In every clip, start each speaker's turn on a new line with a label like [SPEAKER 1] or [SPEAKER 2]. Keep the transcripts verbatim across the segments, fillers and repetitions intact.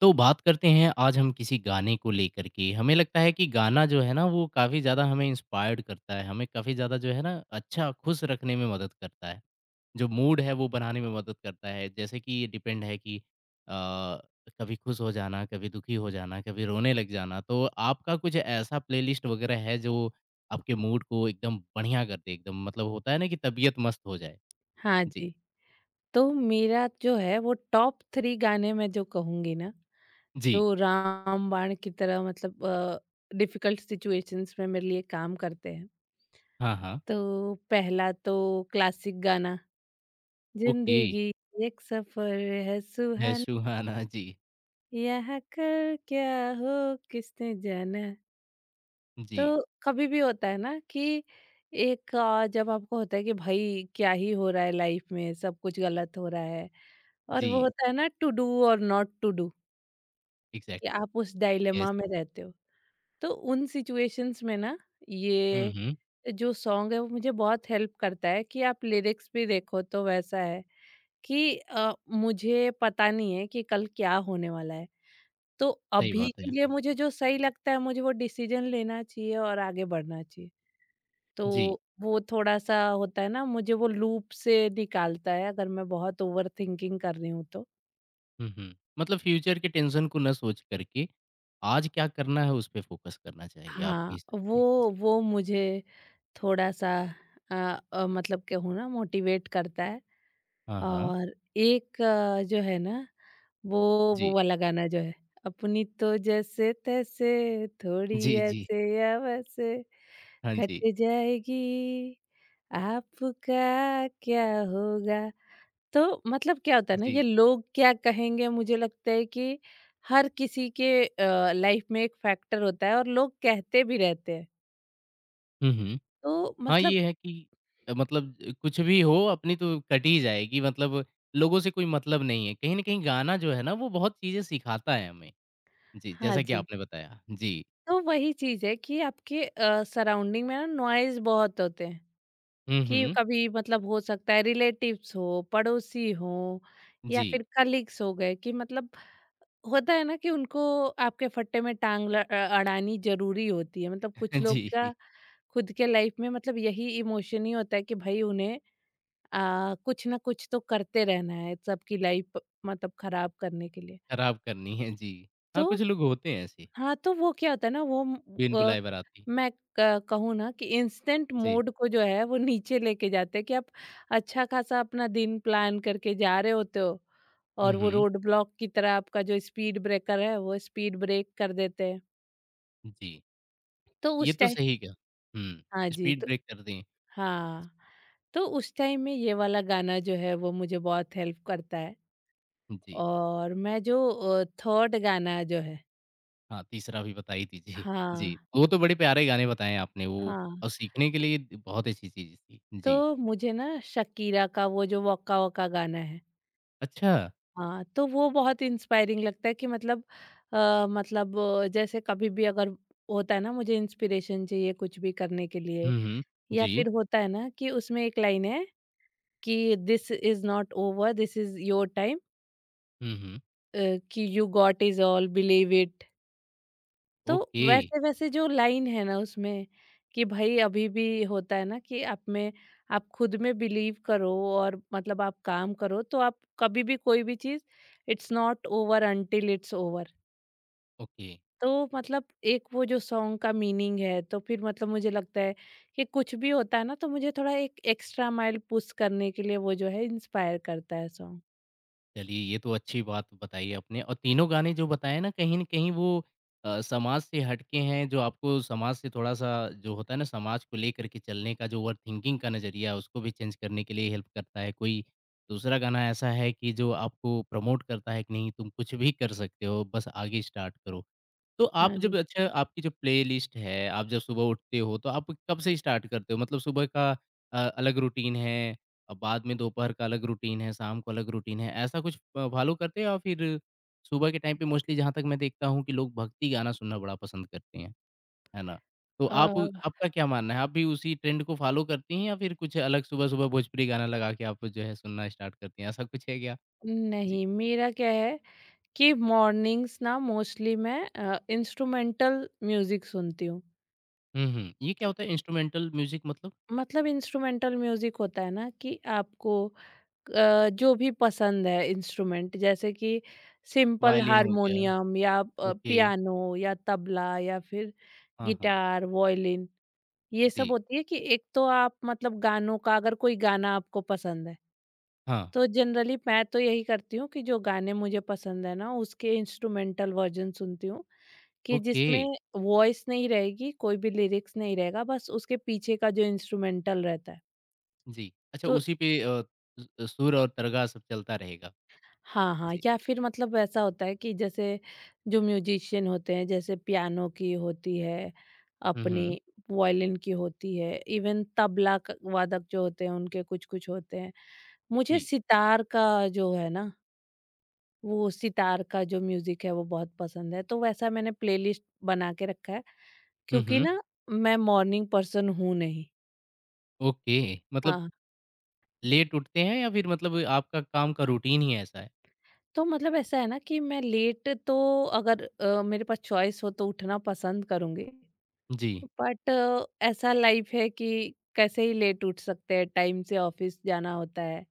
[SPEAKER 1] तो बात करते हैं आज हम किसी गाने को लेकर के। हमें लगता है कि गाना जो है ना वो काफ़ी ज़्यादा हमें इंस्पायर्ड करता है, हमें काफ़ी ज़्यादा जो है ना अच्छा खुश रखने में मदद करता है। जो मूड है वो बनाने में मदद करता है। जैसे कि ये डिपेंड है कि अ, कभी खुश हो जाना, कभी दुखी हो जाना, कभी रोने लग जाना। तो आपका कुछ ऐसा प्लेलिस्ट वगैरह है जो आपके मूड को एकदम बढ़िया कर दे? एकदम मतलब होता है ना कि तबीयत मस्त हो जाए?
[SPEAKER 2] हाँ
[SPEAKER 1] जी।
[SPEAKER 2] जी, तो मेरा जो है वो टॉप तीन गाने मैं जो कहूँगी ना,
[SPEAKER 1] जी।
[SPEAKER 2] जो रामबाण की तरह मतलब अ, डिफिकल्ट सिचुएशंस में मेरे लिए काम करते हैं।
[SPEAKER 1] हाँ, हाँ।
[SPEAKER 2] तो पहला तो क्लासिक गाना,
[SPEAKER 1] ओके।
[SPEAKER 2] ज़िंदगी एक सफ़र है
[SPEAKER 1] है
[SPEAKER 2] सुहाना,
[SPEAKER 1] सुहाना। जी।
[SPEAKER 2] यहाँ कर क्या हो किसने जाना।
[SPEAKER 1] जी।
[SPEAKER 2] तो कभी भी होता है ना कि एक अ, जब आपको होता है कि भाई क्या ही हो रहा है, लाइफ में सब कुछ गलत हो रहा है, और वो
[SPEAKER 1] जी।
[SPEAKER 2] होता है ना टू डू और नॉट टू डू कि
[SPEAKER 1] एग्ज़ैक्टली,
[SPEAKER 2] आप उस
[SPEAKER 1] यस।
[SPEAKER 2] डायलेमा में रहते हो। तो उन सिचुएशंस में ना
[SPEAKER 1] हुँ,
[SPEAKER 2] ये
[SPEAKER 1] हुँ,
[SPEAKER 2] जो सॉन्ग है वो मुझे बहुत हेल्प करता है कि आप लिरिक्स भी देखो तो वैसा है कि अ, मुझे पता नहीं है कि कल क्या होने वाला है, तो
[SPEAKER 1] सही
[SPEAKER 2] अभी
[SPEAKER 1] बात
[SPEAKER 2] के
[SPEAKER 1] है।
[SPEAKER 2] लिए मुझे जो सही लगता है मुझे वो डिसीजन लेना चाहिए और आगे बढ़ना चाहिए। तो
[SPEAKER 1] जी।
[SPEAKER 2] वो थोड़ा-सा होता है ना, मुझे वो लूप से निकालता है अगर मैं बहुत ओवरथिंकिंग कर रही हूँ तो।
[SPEAKER 1] हुँ, हुँ। मतलब फ्यूचर के टेंशन को ना सोच करके, आज क्या करना है उस पे फ़ोकस करना चाहिए आपके
[SPEAKER 2] हाँ,
[SPEAKER 1] हिसाब से?
[SPEAKER 2] वो
[SPEAKER 1] जी।
[SPEAKER 2] वो मुझे थोड़ा-सा अ अ, मतलब कहूँ ना मोटिवेट करता है।
[SPEAKER 1] हाँ, हाँ।
[SPEAKER 2] और एक अ, जो है ना वो वो
[SPEAKER 1] जी।
[SPEAKER 2] वाला गाना जो है, अपनी तो जैसे-तैसे थोड़ी
[SPEAKER 1] जी, जी।
[SPEAKER 2] ऐसे या वैसे
[SPEAKER 1] हाँ
[SPEAKER 2] कट
[SPEAKER 1] जी।
[SPEAKER 2] जाएगी आपका क्या होगा। तो मतलब क्या होता है ना,
[SPEAKER 1] जी।
[SPEAKER 2] ये लोग क्या कहेंगे, मुझे लगता है कि हर किसी के लाइफ में एक फैक्टर होता है और लोग कहते भी रहते हैं।
[SPEAKER 1] हुँ, हुँ।
[SPEAKER 2] तो
[SPEAKER 1] हाँ,
[SPEAKER 2] मतलब,
[SPEAKER 1] ये है कि अ, मतलब ज- कुछ भी हो अपनी तो कट ही जाएगी मतलब लोगों से कोई मतलब नहीं है। कहीं न कहीं गाना जो है ना वो बहुत चीज़ें सिखाता है हमें। जी,
[SPEAKER 2] हाँ
[SPEAKER 1] जैसा कि
[SPEAKER 2] जी।
[SPEAKER 1] आपने बताया। जी।
[SPEAKER 2] तो वही चीज है कि आपके सराउंडिंग में ना नॉइज बहुत होते हैं
[SPEAKER 1] हुँ,
[SPEAKER 2] कि
[SPEAKER 1] हुँ।
[SPEAKER 2] कभी मतलब हो सकता है रिलेटिव्स हो, पड़ोसी हो, या
[SPEAKER 1] जी।
[SPEAKER 2] फिर कलीग्स हो गए, कि मतलब होता है ना कि उनको आपके फट्टे में टांग ल- अ, अड़ानी जरूरी होती है, मतलब कुछ लोग का
[SPEAKER 1] जी,
[SPEAKER 2] खुद के लाइफ में मतलब यही इमोशन ही होता है कि भाई उन्हें आ, कुछ ना कुछ तो करते रहना है सबकी लाइफ मतलब खराब करने के लिए।
[SPEAKER 1] खराब करनी है, जी।
[SPEAKER 2] तो
[SPEAKER 1] हाँ, कुछ लोग होते हैं ऐसे।
[SPEAKER 2] हाँ, तो वो क्या होता है ना वो,
[SPEAKER 1] बिन
[SPEAKER 2] अ,
[SPEAKER 1] बुलाए बाराती।
[SPEAKER 2] मैं क- कहूँ ना कि इंस्टेंट
[SPEAKER 1] जी।
[SPEAKER 2] मोड को जो है वो नीचे लेके जाते हैं कि आप अच्छा खासा अपना दिन प्लान करके जा रहे होते हो
[SPEAKER 1] हुँ,
[SPEAKER 2] और वो
[SPEAKER 1] हुँ।
[SPEAKER 2] रोड ब्लॉक की तरह आपका जो स्पीड ब्रेकर है वो स्पीड ब्रेक कर देते हैं।
[SPEAKER 1] जी,
[SPEAKER 2] तो
[SPEAKER 1] ये
[SPEAKER 2] उस
[SPEAKER 1] तो
[SPEAKER 2] टाइम,
[SPEAKER 1] सही कहा। हुँ,
[SPEAKER 2] हाँ जी,
[SPEAKER 1] स्पीड ब्रेक कर दें।
[SPEAKER 2] हाँ, तो उस टाइम में ये वाला गाना जो है वो मुझे बहुत हेल्प करता है।
[SPEAKER 1] जी,
[SPEAKER 2] और मैं जो अ, थर्ड गाना जो है,
[SPEAKER 1] हाँ, तीसरा भी बता ही दीजिए।
[SPEAKER 2] हाँ,
[SPEAKER 1] जी, वो तो बड़े प्यारे गाने बताएँ आपने वो
[SPEAKER 2] हाँ,
[SPEAKER 1] और सीखने के लिए बहुत अच्छी चीज़ थी।
[SPEAKER 2] तो
[SPEAKER 1] जी,
[SPEAKER 2] मुझे ना शकीरा का वो जो वॉका वॉका गाना है,
[SPEAKER 1] अच्छा
[SPEAKER 2] हाँ, तो वो बहुत इंस्पायरिंग लगता है कि मतलब अ, मतलब अ, जैसे कभी भी अगर होता है ना मुझे इंस्पिरेशन चाहिए कुछ भी करने के लिए
[SPEAKER 1] हुँ, हुँ।
[SPEAKER 2] या
[SPEAKER 1] जी।
[SPEAKER 2] फिर होता है ना कि उसमें एक लाइन है कि this is not over, this is your time,
[SPEAKER 1] हुँ, हुँ।
[SPEAKER 2] कि you got is all believe it. तो
[SPEAKER 1] ओके,
[SPEAKER 2] वैसे-वैसे जो लाइन है ना उसमें, कि भई अभी भी होता है ना कि आप में, आप खुद में बिलीव करो और मतलब आप काम करो तो आप कभी भी कोई भी चीज़, it's not over until it's over.
[SPEAKER 1] Okay.
[SPEAKER 2] तो मतलब एक वो जो सॉन्ग का मीनिंग है तो फिर मतलब मुझे लगता है कि कुछ भी होता है ना तो मुझे थोड़ा एक एक्स्ट्रा माइल पुश करने के लिए वो जो है इंस्पायर करता है सॉन्ग।
[SPEAKER 1] चलिए ये तो अच्छी बात बताई आपने और तीनों गाने जो बताए ना कहीं न कहीं वो अ, समाज से हटके हैं जो आपको समाज से थोड़ा-सा जो होता है ना समाज को लेकर के चलने का जो ओवर थिंकिंग का नज़रिया है उसको भी चेंज करने के लिए हेल्प करता है। कोई दूसरा गाना ऐसा है कि जो आपको प्रमोट करता है कि नहीं तुम कुछ भी कर सकते हो बस आगे स्टार्ट करो। तो
[SPEAKER 2] हाँ
[SPEAKER 1] आप जब
[SPEAKER 2] जी।
[SPEAKER 1] अच्छा आपकी जो प्लेलिस्ट है, आप जब सुबह उठते हो तो आप कब से स्टार्ट करते हो? मतलब सुबह का अ, अलग रूटीन है, अ, बाद में दोपहर का अलग रूटीन है, शाम को अलग रूटीन है, ऐसा कुछ फ फॉलो करते हैं या फिर सुबह के टाइम पे मोस्टली जहाँ तक मैं देखता हूँ कि लोग भक्ति गाना सुनना बड़ा पसंद करते हैं, है ना? तो आप
[SPEAKER 2] अ,
[SPEAKER 1] आपका क्या मानना है? आप भी उसी ट्रेंड को फॉलो करती हैं या फिर कुछ अलग सुबह-सुबह भोजपुरी गाना लगा के आप जो है सुनना स्टार्ट करती हैं, ऐसा कुछ है क्या? जी।
[SPEAKER 2] नहीं, मेरा क्या है कि मॉर्निंग्स ना मोस्टली मैं इंस्ट्रूमेंटल म्यूजिक सुनती हूँ।
[SPEAKER 1] हुँ, हुँ। ये क्या
[SPEAKER 2] कि-
[SPEAKER 1] होता है इंस्ट्रूमेंटल म्यूज़िक मतलब?
[SPEAKER 2] मतलब इंस्ट्रूमेंटल म्यूजिक होता है ना कि आपको अ, जो भी पसंद है इंस्ट्रूमेंट, जैसे कि सिंपल
[SPEAKER 1] वायलिन हो गया,
[SPEAKER 2] हारमोनियम या
[SPEAKER 1] ओके।
[SPEAKER 2] पियानो या तबला या फिर
[SPEAKER 1] हाँ, हाँ।
[SPEAKER 2] Guitar, violin. ये सब
[SPEAKER 1] जी।
[SPEAKER 2] होती है कि एक तो आप मतलब गानों का अगर कोई गाना आपको पसंद है,
[SPEAKER 1] हाँ,
[SPEAKER 2] तो जनरली मैं तो यही करती हूँ कि जो गाने मुझे पसंद है ना उसके इंस्ट्रूमेंटल वर्जन सुनती हूँ, कि
[SPEAKER 1] ओके।
[SPEAKER 2] जिसमें वॉइस नहीं रहेगी, कोई भी लिरिक्स नहीं रहेगा, बस उसके पीछे का जो इंस्ट्रूमेंटल रहता है।
[SPEAKER 1] जी। अच्छा
[SPEAKER 2] तो
[SPEAKER 1] उसी पे अ, स सुर और तरगा सब चलता रहेगा।
[SPEAKER 2] हाँ, हाँ,
[SPEAKER 1] जी।
[SPEAKER 2] या फिर मतलब ऐसा होता है कि जैसे जो म्यूजिशियन होते हैं, जैसे पियानो की होती है,
[SPEAKER 1] हुँ, हुँ।
[SPEAKER 2] अपनी वायलिन की होती है, इवन तबला क वादक जो होते हैं, उनके कुछ-कुछ होते हैं। मुझे
[SPEAKER 1] जी।
[SPEAKER 2] सितार का जो है ना, वो सितार का जो म्यूज़िक है, वो बहुत पसंद है। तो वैसा मैंने प्लेलिस्ट बना के रखा है,
[SPEAKER 1] हुँ,
[SPEAKER 2] क्योंकि
[SPEAKER 1] हुँ।
[SPEAKER 2] ना मैं मॉर्निंग पर्सन हूँ नहीं।
[SPEAKER 1] ओके। मतलब
[SPEAKER 2] हाँ।
[SPEAKER 1] लेट उठते हैं या फिर मतलब आपका काम का रूटीन ही ऐसा है?
[SPEAKER 2] तो मतलब ऐसा है ना कि मैं लेट तो, अगर अ, मेरे पास चॉइस हो तो उठना पसंद करूंगी,
[SPEAKER 1] जी।
[SPEAKER 2] बट ऐसा लाइफ है कि कैसे ही लेट उठ सकते हैं, टाइम से ऑफिस जाना होता है,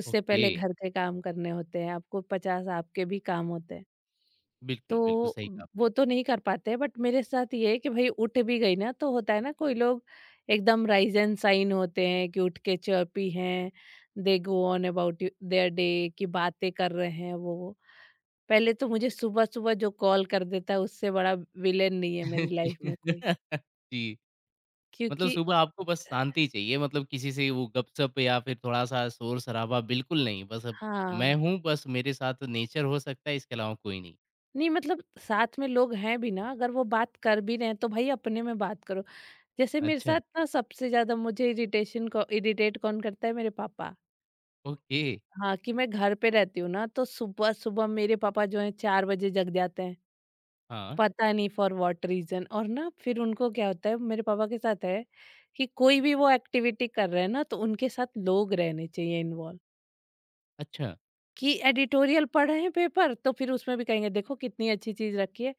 [SPEAKER 2] उससे
[SPEAKER 1] ओके।
[SPEAKER 2] पहले घर के काम करने होते हैं, आपको पचास आपके भी काम होते हैं।
[SPEAKER 1] बिल्कुल, बिल्कुल
[SPEAKER 2] तो
[SPEAKER 1] सही कहा आपने।
[SPEAKER 2] वो तो नहीं कर पाते, बट मेरे साथ ये है कि भाई उठ भी गई ना तो होता है ना, कोई लोग एकदम राइज एंड साइन होते हैं कि उठ के चर्पी हैं, they go on about their day की बातें कर रहे हैं, वो पहले तो, मुझे सुबह-सुबह जो कॉल कर देता है उससे बड़ा विलेन नहीं है मेरी लाइफ में
[SPEAKER 1] जी।
[SPEAKER 2] कोई।
[SPEAKER 1] जी। मतलब
[SPEAKER 2] क्योंकि,
[SPEAKER 1] सुबह आपको बस शांति चाहिए मतलब किसी से वो गपशप या फिर थोड़ा-सा शोर-शराबा बिल्कुल नहीं। बस अब मैं
[SPEAKER 2] हाँ,
[SPEAKER 1] हूँ, बस मेरे साथ नेचर हो सकता है इसके अलावा कोई नहीं।
[SPEAKER 2] नहीं मतलब साथ में लोग हैं भी ना, अगर वो बात कर भी रहे हैं तो भाई अपने में बात करो। जैसे मेरे
[SPEAKER 1] अच्छा।
[SPEAKER 2] साथ ना, सबसे ज़्यादा मुझे इरिटेशन को इरिटेट कौन करता है, मेरे पापा।
[SPEAKER 1] ओके।
[SPEAKER 2] हाँ, कि मैं घर पे रहती हूँ ना तो सुबह-सुबह मेरे पापा जो हैं चार बजे जग जाते हैं।
[SPEAKER 1] हाँ।
[SPEAKER 2] पता नहीं फॉर व्हाट रीज़न, और ना फिर उनको क्या होता है, मेरे पापा के साथ है कि कोई भी वो एक्टिविटी कर रहे हैं ना तो उनके साथ लोग रहने चाहिए इन्वॉल्व।
[SPEAKER 1] अच्छा।
[SPEAKER 2] कि एडिटोरियल पढ़ रहे हैं पेपर, तो फिर उसमें भी कहेंगे देखो कितनी अच्छी चीज रखी है,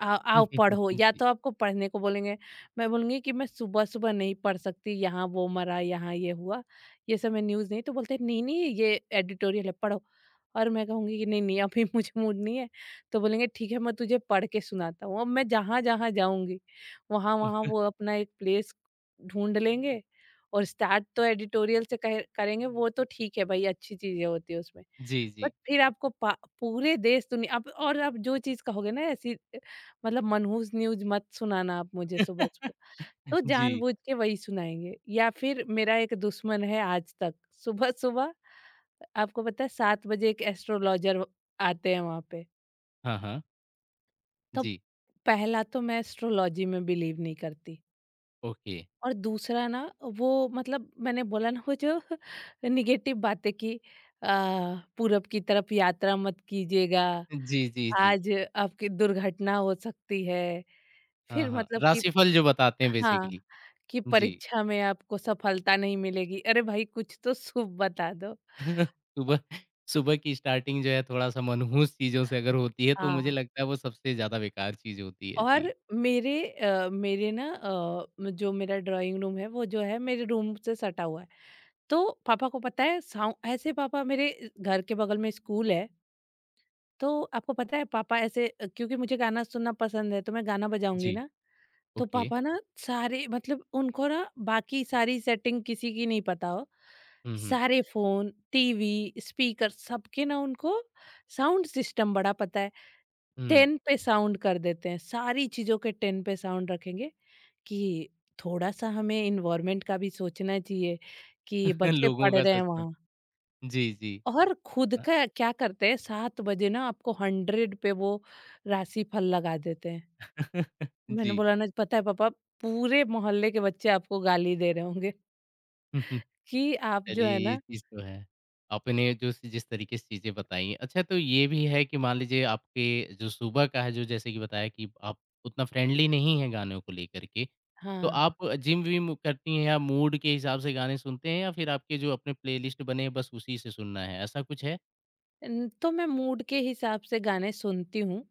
[SPEAKER 2] आ, आओ पढ़ो, या तो आपको पढ़ने को बोलेंगे। मैं बोलूंगी कि मैं सुबह सुबह नहीं पढ़ सकती, यहाँ वो मरा, यहाँ ये हुआ, ये सब मैं न्यूज़ नहीं, तो बोलते नहीं नहीं ये एडिटोरियल है पढ़ो, और मैं कहूंगी कि नहीं नहीं अभी मुझे मूड नहीं है। तो बोलेंगे ठीक है मैं तुझे पढ़ के सुनाता हूँ, अब मैं जहाँ जहाँ जाऊंगी वहाँ वहाँ वो अपना एक प्लेस ढूंढ लेंगे, और स्टार्ट तो एडिटोरियल से कहे- करेंगे, वो तो ठीक है भाई अच्छी चीजें होती है उसमें।
[SPEAKER 1] जी, जी, जी।
[SPEAKER 2] बट फिर आपको पा पूरे देश दुनिया आप, और आप जो चीज़ कहोगे ना ऐसी अ, मतलब मनहूस न्यूज़ मत सुनाना आप मुझे सुबह-सुबह। तो
[SPEAKER 1] जी।
[SPEAKER 2] जानबूझ के वही सुनाएँगे, या फिर मेरा एक दुश्मन है आज तक, सुबह-सुबह आपको पता है सात बजे एक एस्ट्रोलॉजर आते हैं वहाँ पे।
[SPEAKER 1] हाँ, हाँ।
[SPEAKER 2] तो
[SPEAKER 1] जी,
[SPEAKER 2] पहला तो मैं एस्ट्रोलॉजी में बिलीव नहीं करती
[SPEAKER 1] ओके।
[SPEAKER 2] और दूसरा ना, वो मतलब मैंने बोला ना वो जो नेगेटिव बातें कि अ, पूरब की तरफ यात्रा मत कीजिएगा,
[SPEAKER 1] जी, जी, जी।
[SPEAKER 2] आज आपकी दुर्घटना हो सकती है,
[SPEAKER 1] हाँ,
[SPEAKER 2] फिर
[SPEAKER 1] हाँ।
[SPEAKER 2] मतलब कि,
[SPEAKER 1] राशिफल जो बताते हैं
[SPEAKER 2] हाँ,
[SPEAKER 1] बेसिकली।
[SPEAKER 2] कि
[SPEAKER 1] जी।
[SPEAKER 2] परीक्षा में आपको सफलता नहीं मिलेगी, अरे भाई कुछ तो शुभ बता दो।
[SPEAKER 1] सुबह सुबह की स्टार्टिंग जो है थोड़ा-सा मनहूस चीज़ों से अगर होती है तो मुझे
[SPEAKER 2] हाँ,
[SPEAKER 1] लगता है वो सबसे ज़्यादा बेकार चीज़ होती है। जी।
[SPEAKER 2] और मेरे अ, मेरे ना अ, म- जो मेरा ड्राइंग रूम है वो जो है मेरे रूम से सटा हुआ है। तो पापा को पता है साउ, ऐसे पापा, मेरे घर के बगल में स्कूल है, तो आपको पता है पापा ऐसे, अ, क्योंकि मुझे गाना सुनना पसंद है तो मैं गाना
[SPEAKER 1] जी,
[SPEAKER 2] बजाऊँगी ना, तो
[SPEAKER 1] ओके।
[SPEAKER 2] पापा ना सारे, मतलब उनको ना बाकी सारी सेटिंग किसी की नहीं पता हो,
[SPEAKER 1] हुँ, हुँ।
[SPEAKER 2] सारे फोन, टीवी, स्पीकर, सबके ना उनको साउंड सिस्टम बड़ा पता है।
[SPEAKER 1] हुँ।
[SPEAKER 2] टेन पे साउंड कर देते हैं, सारी चीजों के टेन पे साउंड रखेंगे, कि थोड़ा सा हमें इन्वायरमेंट का भी सोचना चाहिए कि बच्चे
[SPEAKER 1] लोगों
[SPEAKER 2] पढ़
[SPEAKER 1] का
[SPEAKER 2] रहे हैं
[SPEAKER 1] सच में।
[SPEAKER 2] वहाँ।
[SPEAKER 1] जी, जी।
[SPEAKER 2] और खुद
[SPEAKER 1] हाँ।
[SPEAKER 2] का क्या करते हैं, सात बजे ना आपको हंड्रेड पे वो राशि फल लगा देते हैं। मैंने
[SPEAKER 1] जी।
[SPEAKER 2] बोला ना, पता है पापा, पूरे मोहल्ले के बच्चे आपको गाली दे रहे होंगे कि आप जो
[SPEAKER 1] चलिए
[SPEAKER 2] है
[SPEAKER 1] ये
[SPEAKER 2] ना।
[SPEAKER 1] चीज़ तो है। आपने जो सी- जिस तरीके से चीज़ें बताई अच्छा तो ये भी है कि मान लीजिए आपके जो सुबह का है जो जैसे कि बताया कि आप उतना फ्रेंडली नहीं हैं गानों को लेकर के। तो
[SPEAKER 2] हाँ,
[SPEAKER 1] आप जिम-विम करती हैं या मूड के हिसाब से गाने सुनते हैं या फिर आपके जो अपने प्लेलिस्ट बने हैं बस उसी से सुनना है, ऐसा कुछ है?
[SPEAKER 2] न- तो मैं मूड के हिसाब से गाने सुनती हूँ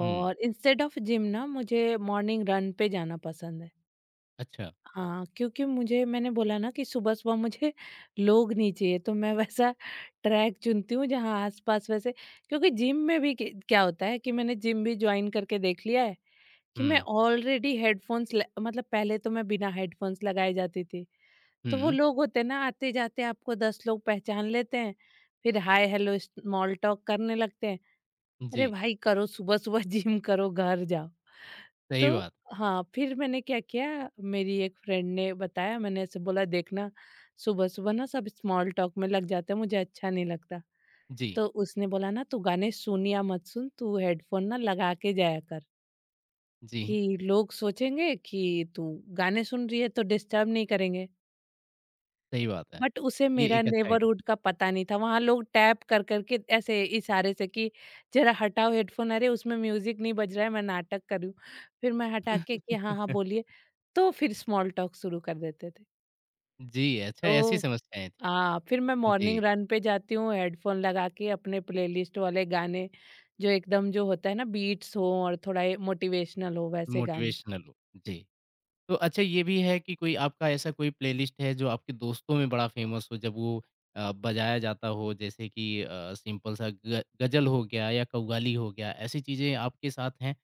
[SPEAKER 1] हुँ,
[SPEAKER 2] इंस्टेड ऑफ जिम ना मुझे मॉर्निंग रन पे जाना पसंद है।
[SPEAKER 1] अच्छा।
[SPEAKER 2] हाँ, क्योंकि मुझे, मैंने बोला ना कि सुबह सुबह मुझे लोग नहीं चाहिए, तो मैं वैसा ट्रैक चुनती हूँ जहाँ आसपास वैसे, क्योंकि जिम में भी कि- क्या होता है कि मैंने जिम भी ज्वाइन करके देख लिया है कि मैं
[SPEAKER 1] हुँ,
[SPEAKER 2] ऑलरेडी हेडफोन्स मतलब, पहले तो मैं बिना हेडफोन्स लगाए जाती थी। तो वो
[SPEAKER 1] हुँ।
[SPEAKER 2] लोग होते हैं ना आते जाते आपको दस लोग पहचान लेते हैं, फिर हाय हेलो स्मॉल टॉक करने लगते हैं, अरे
[SPEAKER 1] जी,
[SPEAKER 2] भाई करो सुबह सुबह जिम करो घर जाओ।
[SPEAKER 1] सही
[SPEAKER 2] तो
[SPEAKER 1] बात।
[SPEAKER 2] हाँ, फिर मैंने क्या किया, मेरी एक फ्रेंड ने बताया, मैंने ऐसे बोला देखना, सुबह सुबह ना सब स्मॉल टॉक में लग जाते हैं मुझे अच्छा नहीं लगता।
[SPEAKER 1] जी,
[SPEAKER 2] तो उसने बोला ना तू गाने सुन या मत सुन, तू हेडफोन ना लगा के जाया कर,
[SPEAKER 1] जी,
[SPEAKER 2] कि लोग सोचेंगे कि तू गाने सुन रही है तो डिस्टर्ब नहीं करेंगे।
[SPEAKER 1] सही बात है।
[SPEAKER 2] बट उसे
[SPEAKER 1] ये
[SPEAKER 2] मेरा
[SPEAKER 1] एक अच्छा आइडिया
[SPEAKER 2] नेबरहुड का पता नहीं था। वहाँ लोग टैप कर कर के ऐसे इशारे से कि ज़रा हटाओ हेडफ़ोन, अरे उसमें म्यूज़िक नहीं बज रहा है, मैं नाटक कर रही हूँ। फिर मैं हटा के कि हाँ, हाँ बोलिए। तो फिर स्मॉल टॉक शुरू कर देते थे।
[SPEAKER 1] जी, अच्छा ऐसी
[SPEAKER 2] तो
[SPEAKER 1] समस्याएँ थी।
[SPEAKER 2] हाँ, फिर मैं मॉर्निंग
[SPEAKER 1] जी,
[SPEAKER 2] रन पे जाती हूँ हेडफ़ोन लगा के, अपने प्लेलिस्ट वाले गाने, जो एकदम, जो होता है ना बीट्स हो और थोड़ा ये मोटिवेशनल हो, वैसे गाने।
[SPEAKER 1] मोटिवेशनल हो। जी। तो अच्छा ये भी है कि कोई आपका ऐसा कोई प्लेलिस्ट है जो आपके दोस्तों में बड़ा फेमस हो, जब वो अ, बजाया जाता हो जैसे कि अ, सिंपल सा ग गज़ल हो गया या कव्वाली हो गया, ऐसी चीज़ें आपके साथ हैं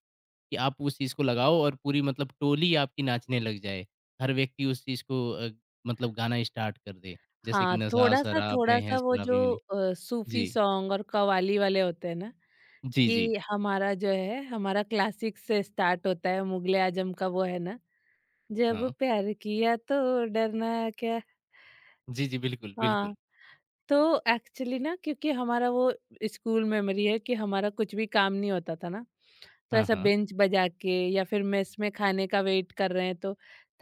[SPEAKER 1] कि आप उस चीज़ को लगाओ और पूरी मतलब टोली आपकी नाचने लग जाए? हर व्यक्ति उस चीज़ को अ, मतलब गाना स्टार्ट कर दे, जैसे कि
[SPEAKER 2] हाँ,
[SPEAKER 1] नशा
[SPEAKER 2] थोड़ा-सा
[SPEAKER 1] शराब में है
[SPEAKER 2] थोड़ा-सा वो जो
[SPEAKER 1] शराबी में नहीं।
[SPEAKER 2] अ, सूफ़ी
[SPEAKER 1] जी।
[SPEAKER 2] सॉन्ग और कव्वाली वाले होते हैं ना,
[SPEAKER 1] जी, जी।
[SPEAKER 2] कि हमारा जो है, हमारा क्लासिक से स्टार्ट होता है मुगले आजम का, वो है ना, जब
[SPEAKER 1] हाँ।
[SPEAKER 2] प्यार किया तो डरना क्या।
[SPEAKER 1] जी, जी, बिल्कुल,
[SPEAKER 2] हाँ,
[SPEAKER 1] बिल्कुल।
[SPEAKER 2] तो एक्चुअली ना, क्योंकि हमारा वो स्कूल मेमोरी है कि हमारा कुछ भी काम नहीं होता था ना, तो
[SPEAKER 1] हाँ,
[SPEAKER 2] ऐसा
[SPEAKER 1] हाँ।
[SPEAKER 2] बेंच बजा के या फिर मेस में खाने का वेट कर रहे हैं तो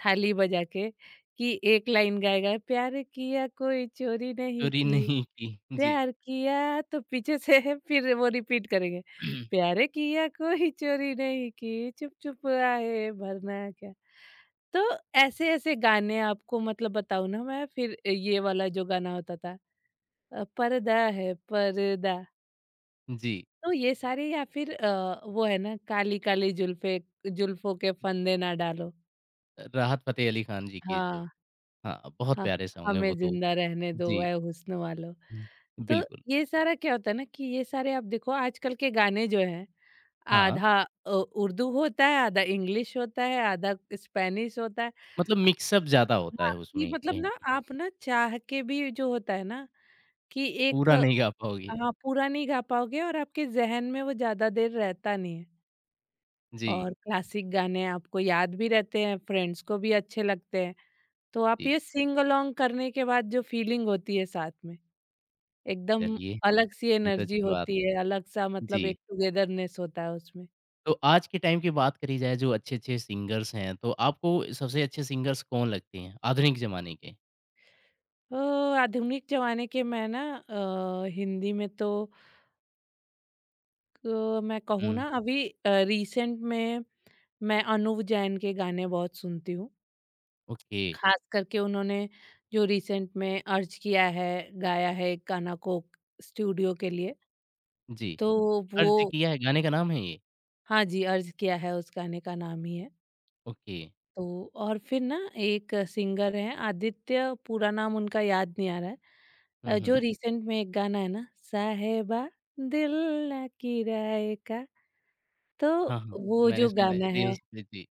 [SPEAKER 2] थाली बजा के, कि एक लाइन गाएगा प्यार किया कोई चोरी नहीं
[SPEAKER 1] चोरी
[SPEAKER 2] की,
[SPEAKER 1] नहीं की। जी।
[SPEAKER 2] प्यार किया, तो पीछे से फिर वो रिपीट करेंगे। प्यार किया कोई चोरी नहीं की, चुप-चुप आए भरना क्या। तो ऐसे-ऐसे गाने आपको मतलब बताऊँ ना मैं, फिर ये वाला जो गाना होता था, अ, पर्दा है पर्दा।
[SPEAKER 1] जी।
[SPEAKER 2] तो ये सारे या फिर अ, वो है ना, काली-काली जुल्फ़े, जुल्फ़ों के फंदे ना डालो।
[SPEAKER 1] राहत फ़तेह अली खान जी के जो
[SPEAKER 2] हाँ।
[SPEAKER 1] हाँ, बहुत
[SPEAKER 2] हाँ,
[SPEAKER 1] प्यारे सॉन्ग हैं वो
[SPEAKER 2] हमें
[SPEAKER 1] तो।
[SPEAKER 2] ज़िंदा रहने दो
[SPEAKER 1] जी।
[SPEAKER 2] ऐ हुस्न वालो।
[SPEAKER 1] हुँ,
[SPEAKER 2] तो
[SPEAKER 1] बिल्कुल।
[SPEAKER 2] ये सारा क्या होता है ना कि ये सारे आप देखो आजकल के गाने जो हैं,
[SPEAKER 1] हाँ,
[SPEAKER 2] आधा अ, उर्दू होता है, आधा इंग्लिश होता है, आधा स्पेनिश होता है।
[SPEAKER 1] मतलब मिक्सअप ज़्यादा होता
[SPEAKER 2] हाँ।
[SPEAKER 1] है
[SPEAKER 2] कि
[SPEAKER 1] उसमें
[SPEAKER 2] मतलब
[SPEAKER 1] कहीं न
[SPEAKER 2] ना
[SPEAKER 1] कहीं।
[SPEAKER 2] आप ना चाह के भी जो होता है ना कि एक,
[SPEAKER 1] पूरा नहीं गा पाओगे।
[SPEAKER 2] हाँ, पूरा नहीं गा पाओगे और आपके ज़हन में वो ज़्यादा देर रहता नहीं है।
[SPEAKER 1] जी,
[SPEAKER 2] और क्लासिक गाने आपको याद भी रहते हैं, फ्रेंड्स को भी अच्छे लगते हैं। तो आप
[SPEAKER 1] जी।
[SPEAKER 2] ये सिंग अलोंग करने के बाद जो फीलिंग होती है साथ में एकदम
[SPEAKER 1] चलिए,
[SPEAKER 2] अलग सी
[SPEAKER 1] ये तो
[SPEAKER 2] एनर्जी
[SPEAKER 1] अच्छी बात
[SPEAKER 2] होती है, अलग सा
[SPEAKER 1] जी।
[SPEAKER 2] मतलब एक टुगेदरनेस होता है उसमें।
[SPEAKER 1] तो आज के टाइम की बात करी जाए जो अच्छे-अच्छे सिंगर्स हैं, तो आपको सबसे अच्छे सिंगर्स कौन लगते हैं आधुनिक ज़माने के?
[SPEAKER 2] तो आधुनिक ज़माने के मैं ना अ, हिंदी में तो अ, मैं कहूँ
[SPEAKER 1] हुँ,
[SPEAKER 2] ना अभी अ, रिसेंट में मैं अनुव जैन के गाने बहुत सुनती हूँ।
[SPEAKER 1] ओके।
[SPEAKER 2] ख़ास करके उन्होंने जो रिसेंट में अर्ज किया है, गाया है एक गाना कोक स्टूडियो के लिए,
[SPEAKER 1] जी।
[SPEAKER 2] तो वो,
[SPEAKER 1] अर्ज़ किया है गाने का नाम है ये?
[SPEAKER 2] हाँ जी, अर्ज किया है उस गाने का नाम ही है।
[SPEAKER 1] ओके।
[SPEAKER 2] तो और फिर ना एक सिंगर हैं आदित्य, पूरा नाम उनका याद नहीं आ रहा है,
[SPEAKER 1] हुँ,
[SPEAKER 2] अ, जो
[SPEAKER 1] हुँ।
[SPEAKER 2] रिसेंट में एक गाना है ना, साहेबा दिल ना किराए का, तो
[SPEAKER 1] हाँ, हाँ।
[SPEAKER 2] वो
[SPEAKER 1] मैंने
[SPEAKER 2] जो
[SPEAKER 1] सुना है
[SPEAKER 2] गाना है,
[SPEAKER 1] रील्स पे। जी,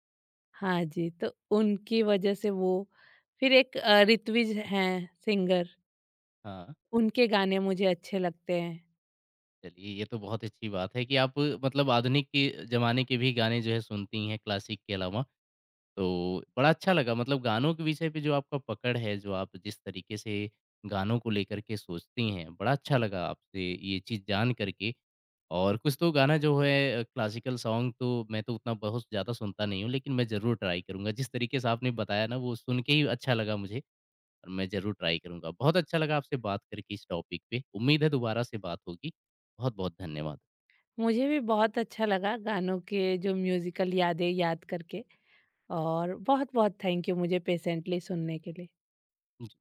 [SPEAKER 2] हाँ जी, तो उनकी वजह से वो, फिर एक अ, ऋत्विज हैं सिंगर,
[SPEAKER 1] हाँ।
[SPEAKER 2] उनके गाने मुझे अच्छे लगते हैं।
[SPEAKER 1] चलिए, ये तो बहुत अच्छी बात है कि आप मतलब आधुनिक के ज़माने के भी गाने जो है सुनती हैं क्लासिक के अलावा। तो बड़ा अच्छा लगा मतलब गानों के विषय पे जो आपका पकड़ है, जो आप जिस तरीके से गानों को लेकर के सोचती हैं, बड़ा अच्छा लगा आपसे ये चीज़ जान कर के। और कुछ तो गाना जो है क्लासिकल सॉन्ग तो मैं तो उतना बहुत ज़्यादा सुनता नहीं हूँ, लेकिन मैं ज़रूर ट्राई करूँगा। जिस तरीके से आपने बताया ना वो सुन के ही अच्छा लगा मुझे। और मैं ज़रूर ट्राई करूँगा। बहुत अच्छा लगा आपसे बात करके इस टॉपिक पे। उम्मीद है दोबारा से बात होगी। बहुत-बहुत धन्यवाद।
[SPEAKER 2] मुझे भी बहुत अच्छा लगा गानों के जो म्यूजिकल यादें याद करके, और बहुत बहुत थैंक यू मुझे पेशेंटली सुनने के लिए।
[SPEAKER 1] जी।